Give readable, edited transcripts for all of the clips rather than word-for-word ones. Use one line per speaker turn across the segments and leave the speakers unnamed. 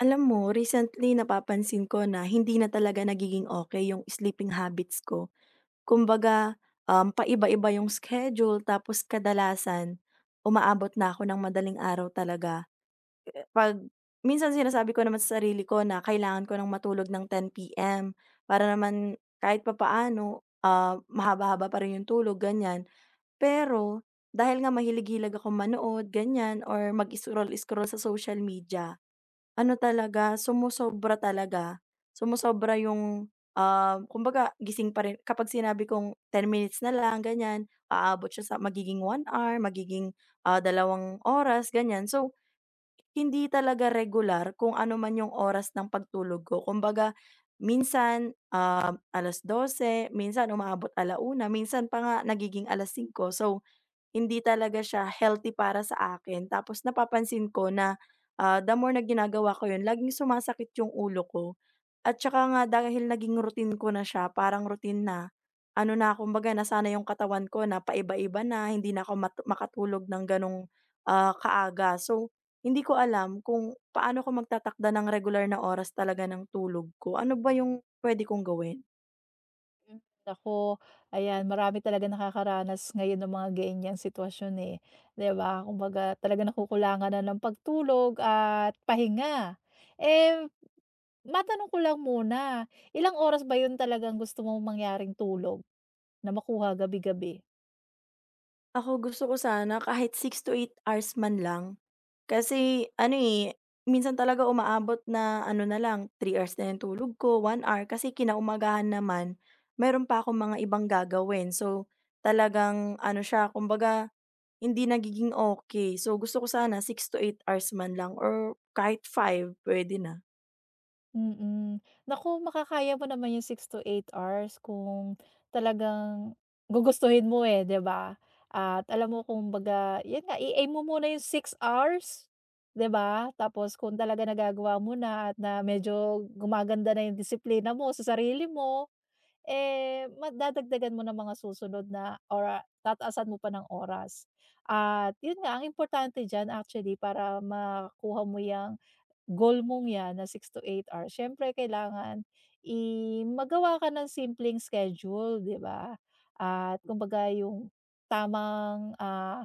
Alam mo, recently napapansin ko na hindi na talaga nagiging okay yung sleeping habits ko. Kumbaga, paiba-iba yung schedule tapos kadalasan umaabot na ako ng madaling araw talaga. 'Pag minsan sinasabi ko naman sa sarili ko na kailangan ko ng matulog ng 10 p.m. para naman kahit papaano, mahaba-haba pa rin yung tulog, ganyan. Pero dahil nga mahilig-hilig akong manood, ganyan or mag-scroll-scroll sa social media ano talaga. Sumosobra yung, kumbaga gising pa rin kapag sinabi kong 10 minutes na lang ganyan, aabot siya sa magiging 1 hour, magiging, 2 oras ganyan. So, hindi talaga regular kung ano man yung oras ng pagtulog ko. Kumbaga minsan, 12:00 minsan umaabot 1:00, minsan pa nga nagiging 5:00. So hindi talaga siya healthy para sa akin tapos napapansin ko na, the more na ginagawa ko yun laging sumasakit yung ulo ko. At tsaka nga dahil naging routine ko na siya parang routine na, ano na kumbaga nasana yung katawan ko na paiba-iba na hindi na ako makatulog ng ganong, kaaga. So, hindi ko alam kung paano ko magtatakda ng regular na oras talaga ng tulog ko. Ano ba yung pwede kong gawin?
Hmm, naku, ayan marami talagang nakakaranas ngayon ng mga ganiyang sitwasyon, eh, 'di ba? Kumbaga talagang nakukulangan na ng pagtulog at pahinga. Eh, matanong ko lang muna, ilang oras ba 'yun talagang gusto mong mangyaring tulog na makuha gabi-gabi?
Ako gusto ko sana kahit 6 to 8 hours man lang. Kasi ano, eh, minsan talaga umaabot na ano na lang, 3 hours na yung tulog ko, 1 hour, kasi kinaumagahan naman meron pa akong mga ibang gagawin. So, talagang ano siya, kumbaga hindi nagiging okay. So, gusto ko sana 6 to 8 hours man lang or kahit five puwede na.
Mm. Naku, makakaya mo naman yung 6 to 8 hours kung talagang gugustuhin mo, eh, 'di ba? At alam mo kumbaga, yun nga, i-aim mo muna yung 6 hours, 'di ba? Tapos kung talaga nagagawa mo na at na medyo gumaganda na yung disiplina mo sa sarili mo, eh, dadagdagan mo ng mga susunod na ora tataasan mo pa ng oras. At yun nga, ang importante diyan actually para makuha mo yung goal mong 'yan na 6 to 8 hours, siyempre kailangan i magawa ka ng simpleng schedule, 'di ba? At kumbaga yung tamang,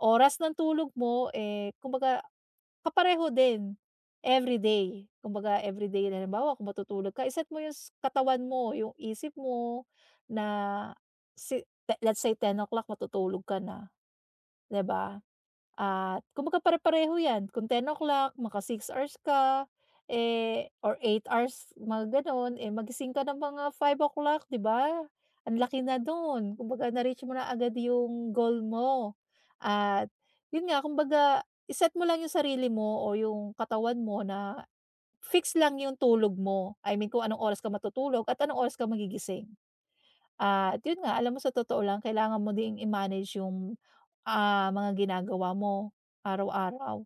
oras ng tulog mo, eh, kumbaga kapareho din everyday. Kumbaga everyday na halimbawa kung matutulog ka, iset mo yung katawan mo, yung isip mo na si te let's say 10:00 matutulog ka na, 'di ba? At kumbaga pare-pareho 'yan kung 10 o'clock maka 6 hours ka, eh, or 8 hours mga gano'n, eh, magising ka ng mga 5 o'clock, 'di ba? Ang laki na do'n kumbaga na-reach mo na agad yung goal mo. At yun nga kumbaga i-set mo lang yung sarili mo o yung katawan mo na fix lang yung tulog mo. I mean kung anong oras ka matutulog at anong oras ka magigising. At yun nga, alam mo sa totoo lang kailangan mo ding i-manage yung, mga ginagawa mo araw-araw.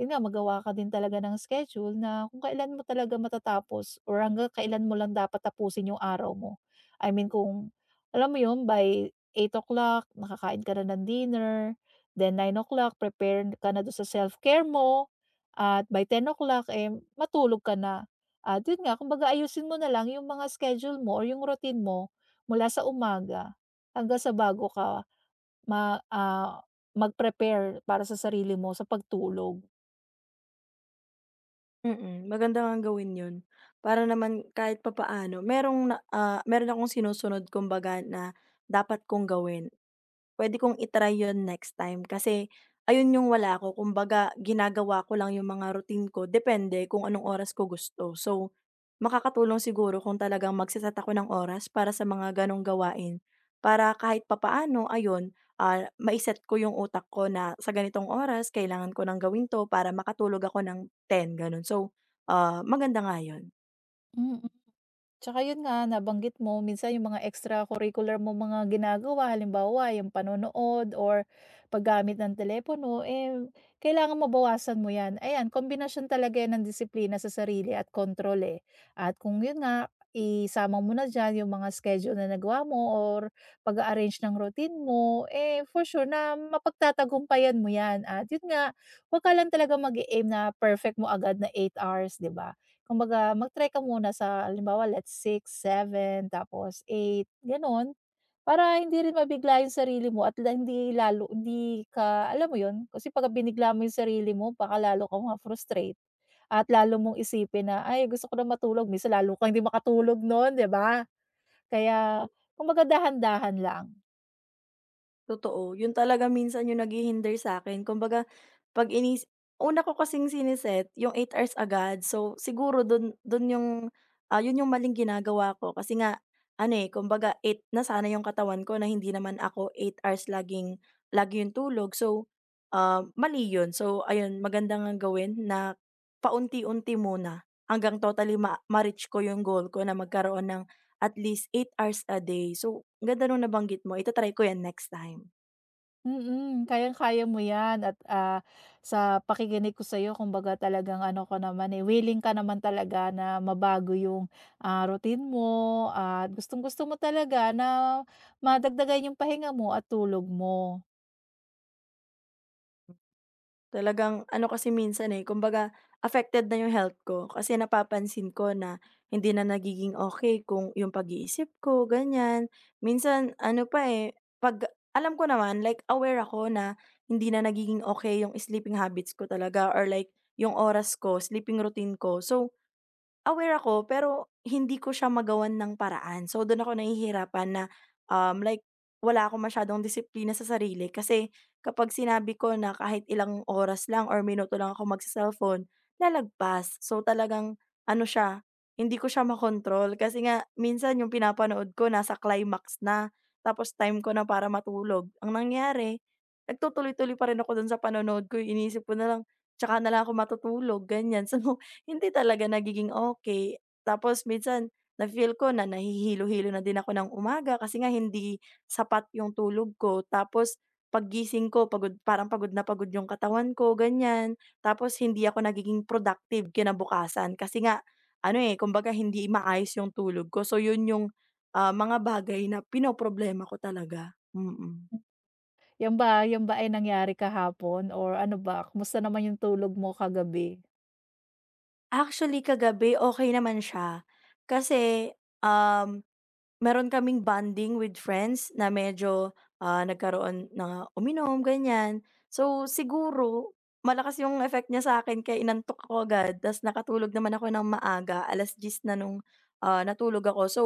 Yun nga, magawa ka din talaga ng schedule na kung kailan mo talaga matatapos or hanggang kailan mo lang dapat tapusin yung araw mo. I mean kung alam mo yun, by 8 o'clock nakakain ka na ng dinner, then 9 o'clock prepare ka na dun sa self-care mo, at by 10 o'clock eh, matulog ka na. At yun nga, kumbaga ayusin mo na lang yung mga schedule mo or yung routine mo mula sa umaga hanggang sa bago ka ma ah, mag-prepare para sa sarili mo sa pagtulog.
Mm, maganda ngang gawin 'yun para naman kahit papaano meron akong sinusunod kumbaga na dapat kong gawin. Puwede kong i-try 'yun next time kasi ayun yung wala ko kumbaga ginagawa ko lang yung mga routine ko depende kung anong oras ko gusto. So, makakatulong siguro kung talagang magse-set ako ng oras para sa mga gano'ng gawain para kahit papaano ayun, mai-set ko yung utak ko na sa ganitong oras kailangan ko nang gawin 'to para makatulog ako ng ten gano'n. So, maganda nga 'yun.
Mm. Tsaka yun nga, nabanggit mo minsan yung mga extracurricular mo mga ginagawa, halimbawa yung panonood or paggamit ng telepono, eh, kailangan mabawasan mo yan. Ayan, kombinasyon talaga yan ng disiplina sa sarili at kontrol, eh. At kung yun nga, isama mo na dyan yung mga schedule na nagawa mo or pag-arrange ng routine mo, eh, for sure na mapagtatagumpayan mo yan. At yun nga, huwag ka lang talaga mag-aim na perfect mo agad na 8 hours, di ba? Kumbaga mag-try ka muna sa halimbawa let's six seven tapos eight gano'n. Para hindi rin mabigla yung sarili mo at la hindi lalo hindi ka alam mo yun, kasi pagka binigla mo yung sarili mo baka lalo ka ma-frustrate at lalo mong isipin na, "Ay gusto ko na matulog." Minsan lalo kang hindi makatulog noon, 'di ba? Kaya kumbaga dahan-dahan lang.
Totoo, yun talaga minsan yung naghihinder sa akin kumbaga 'pag inis una ko kasing siniset yung 8 hours agad so siguro dun dun yung, yun yung maling ginagawa ko kasi nga ano, eh, kumbaga eight na sana yung katawan ko na hindi naman ako 8 hours laging lagi yung tulog so, mali yun. So ayun maganda ngang gawin na paunti-unti muna hanggang totally ma-reach ko yung goal ko na magkaroon ng at least 8 hours a day. So ang ganda nung nabanggit mo ita-try ko yan next time.
Mm, kayang-kaya mo 'yan at, sa pakikinig ko sa'yo kumbaga talagang ano ka naman, eh, willing ka naman talaga na mabago yung, routine mo at gustong-gusto mo talaga na madagdagan yung pahinga mo at tulog mo.
Talagang ano kasi minsan, eh, kumbaga affected na yung health ko kasi napapansin ko na hindi na nagiging okay kung yung pag-iisip ko, ganyan. Minsan ano pa, eh, 'pag alam ko naman like aware ako na hindi na nagiging okay yung sleeping habits ko talaga or like yung oras ko, sleeping routine ko. So, aware ako, pero hindi ko siya magawan ng paraan. So, dun ako nahihirapan na, like wala akong masyadong disiplina sa sarili kasi kapag sinabi ko na kahit ilang oras lang or minuto lang ako magse-cellphone, lalagpas. So, talagang ano siya, hindi ko siya makontrol kasi nga minsan yung pinapanood ko nasa climax na, tapos time ko na para matulog. Ang nangyari, nagtutuloy-tuloy pa rin ako dun sa panonood ko, iniisip ko na lang, tsaka na lang ako matutulog, ganyan. So hindi talaga nagiging okey. Tapos minsan nafi-feel ko na nahihilo-hilo na din ako ng umaga kasi nga hindi sapat yung tulog ko. Tapos paggising ko pagod parang pagod na pagod yung katawan ko, ganyan. Tapos hindi ako nagiging productive kinabukasan kasi nga ano, eh, kumbaga hindi maayos yung tulog ko. So yun yung, mga bagay na pinoproblema ko talaga, mm.
Yan ba ay nangyari kahapon or ano ba, kumusta naman yung tulog mo kagabi?
Actually kagabi okey naman siya kasi, um meron kaming bonding with friends na medyo, nagkaroon na uminom ganyan. So, siguro malakas yung effect niya sa akin kaya inantok ako agad ta's nakatulog naman ako ng maaga, 10:00 na nung, natulog ako. So,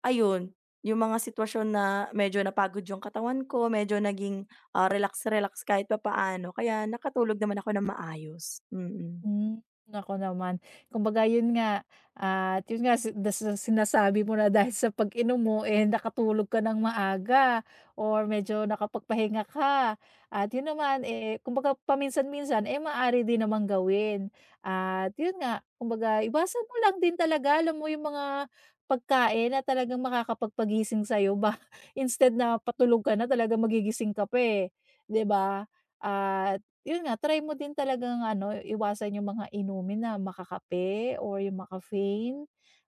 ayun, yung mga sitwasyon na medyo napagod yung katawan ko, medyo naging, relax-relax kahit papaano kaya nakatulog naman ako ng maayos, mm. Mm.
Hmm, ako naman. Kumbaga yun nga, at yun nga sinasabi mo na dahil sa pag-inom mo, eh, nakatulog ka ng maaga or medyo nakapagpahinga ka. At yun naman, eh, kumbaga paminsan-minsan, eh, maaari din namang gawin. At yun nga, kumbaga iwasan mo lang din talaga, alam mo yung mga pagkain na talagang makakapagpagising sa'yo ba instead na patulog ka na talaga magigising ka pa, eh, 'di ba? At yun nga, try mo din talagang ano, iwasan yung mga inumin na makakape or yung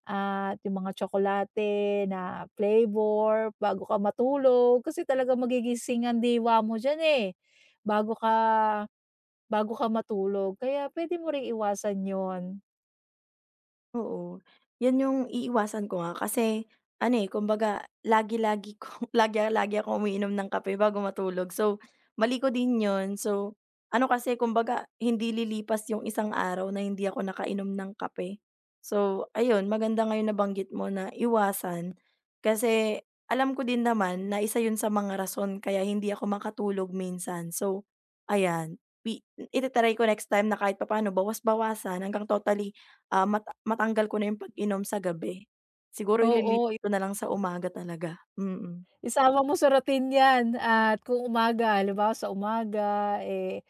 at yung mga tsokolate na flavor bago ka matulog kasi talaga magigising ang diwa mo diyan, eh, bago ka bago ka matulog kaya pwede mo ring iwasan yon.
Oo, 'yan yung iiwasan ko nga kasi ano, eh, kumbaga lagi-lagi ko lagi-lagi akong umiinom ng kape bago matulog. So, mali ko din yon. So, ano kasi kumbaga hindi lilipas yung isang araw na hindi ako nakainom ng kape. So, ayun maganda nga yung nabanggit mo na iwasan kasi alam ko din naman na isa 'yun sa mga rason kaya hindi ako makatulog minsan. So, ayan ita ko next time na kahit papaano bawas-bawasan hanggang totally matanggal ko na yung pag-inom sa gabi. Siguro
Oo,
ililipat ko na lang sa umaga talaga, mm.
isama mo sa routine yan at kung umaga halimbawa sa umaga, eh,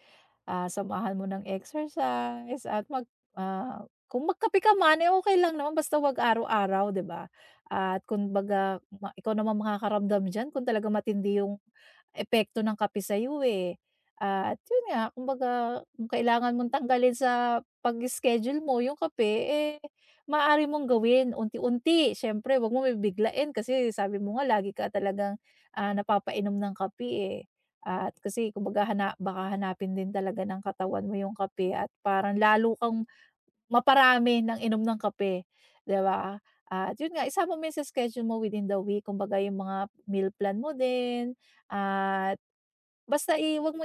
Samahan mo ng exercise at kung magkape ka man, eh, okay lang naman basta 'wag araw-araw, 'di ba? At kumbaga ikaw naman makakaramdam diyan kung talaga matindi yung epekto ng kape sa'yo, eh. At yun nga, kumbaga kung kailangan mong tanggalin sa pag-schedule mo yung kape, eh, maaari mong gawin unti-unti. Siyempre 'wag mo bibiglain kasi sabi mo nga lagi ka talagang, napapainom ng kape, eh. At kasi kumbaga baka hanapin din talaga ng katawan mo yung kape at parang lalo kang maparami ng inom ng kape, 'di ba? At yun nga, isama mo yun sa schedule mo within the week, kumbaga yung mga meal plan mo din at basta wag mo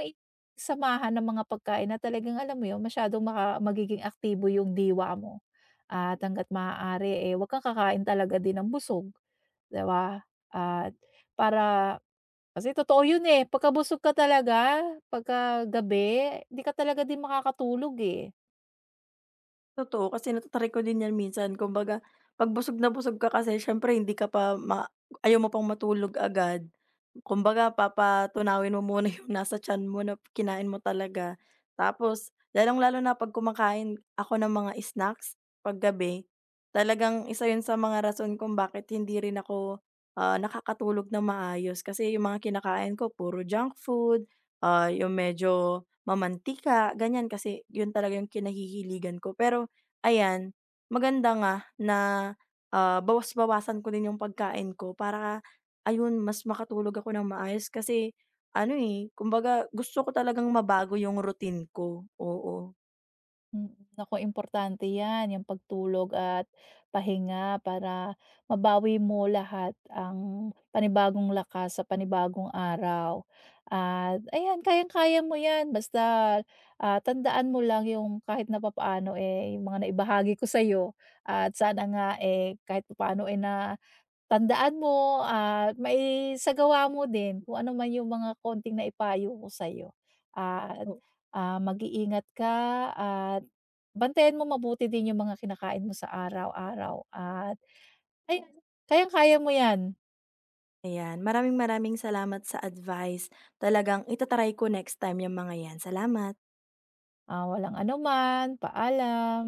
samahan ng mga pagkain na talagang alam mo yun, masyadong magiging aktibo yung diwa mo. At hangga't maaari, eh, wag kang kakain talaga din ng busog, 'di ba? At para kasi totoo yun, eh, pagkabusog ka talaga, pagkagabi, 'di ka talaga din makakatulog, eh.
Totoo, kasi nata-try ko din 'yan minsan. Kumbaga 'pag busog na busog ka kasi siyempre hindi ka pa ayaw mo pang matulog agad. Kumbaga papatunawin mo muna yung nasa tiyan mo na kinain mo talaga. Tapos lalong-lalo na 'pag kumakain ako ng mga snacks 'pag gabi, talagang isa 'yun sa mga rason kung bakit hindi rin ako, nakakatulog na maayos. Kasi yung mga kinakain ko puro junk food, yung medyo mamantika, ganyan. Kasi 'yun talaga yung kinahihiligan ko. Pero ayan, maganda nga na, bawas-bawasan ko din yung pagkain ko para ayun mas makatulog ako ng maayos kasi ano, eh, kumbaga gusto ko talagang mabago yung routine ko, oo.
Mm, naku importante 'yan, yung pagtulog at pahinga para mabawi mo lahat ang panibagong lakas sa panibagong araw. At ayan, kayang-kaya mo 'yan basta, tandaan mo lang yung kahit na papaano, eh, yung mga naibahagi ko sa'yo at sana nga, eh, kahit papaano, eh, na tandaan mo at maisagawa mo din kung ano man yung mga konting naipayo ko sa'yo at,
O,
mag-iingat ka at bantayan mo mabuti din yung mga kinakain mo sa araw-araw at ayan, kayang-kaya mo yan.
ayan, maraming maraming salamat sa advice. Talagang ita ko next time yung mga 'yan. Salamat.
Ah, walang anuman, paalam.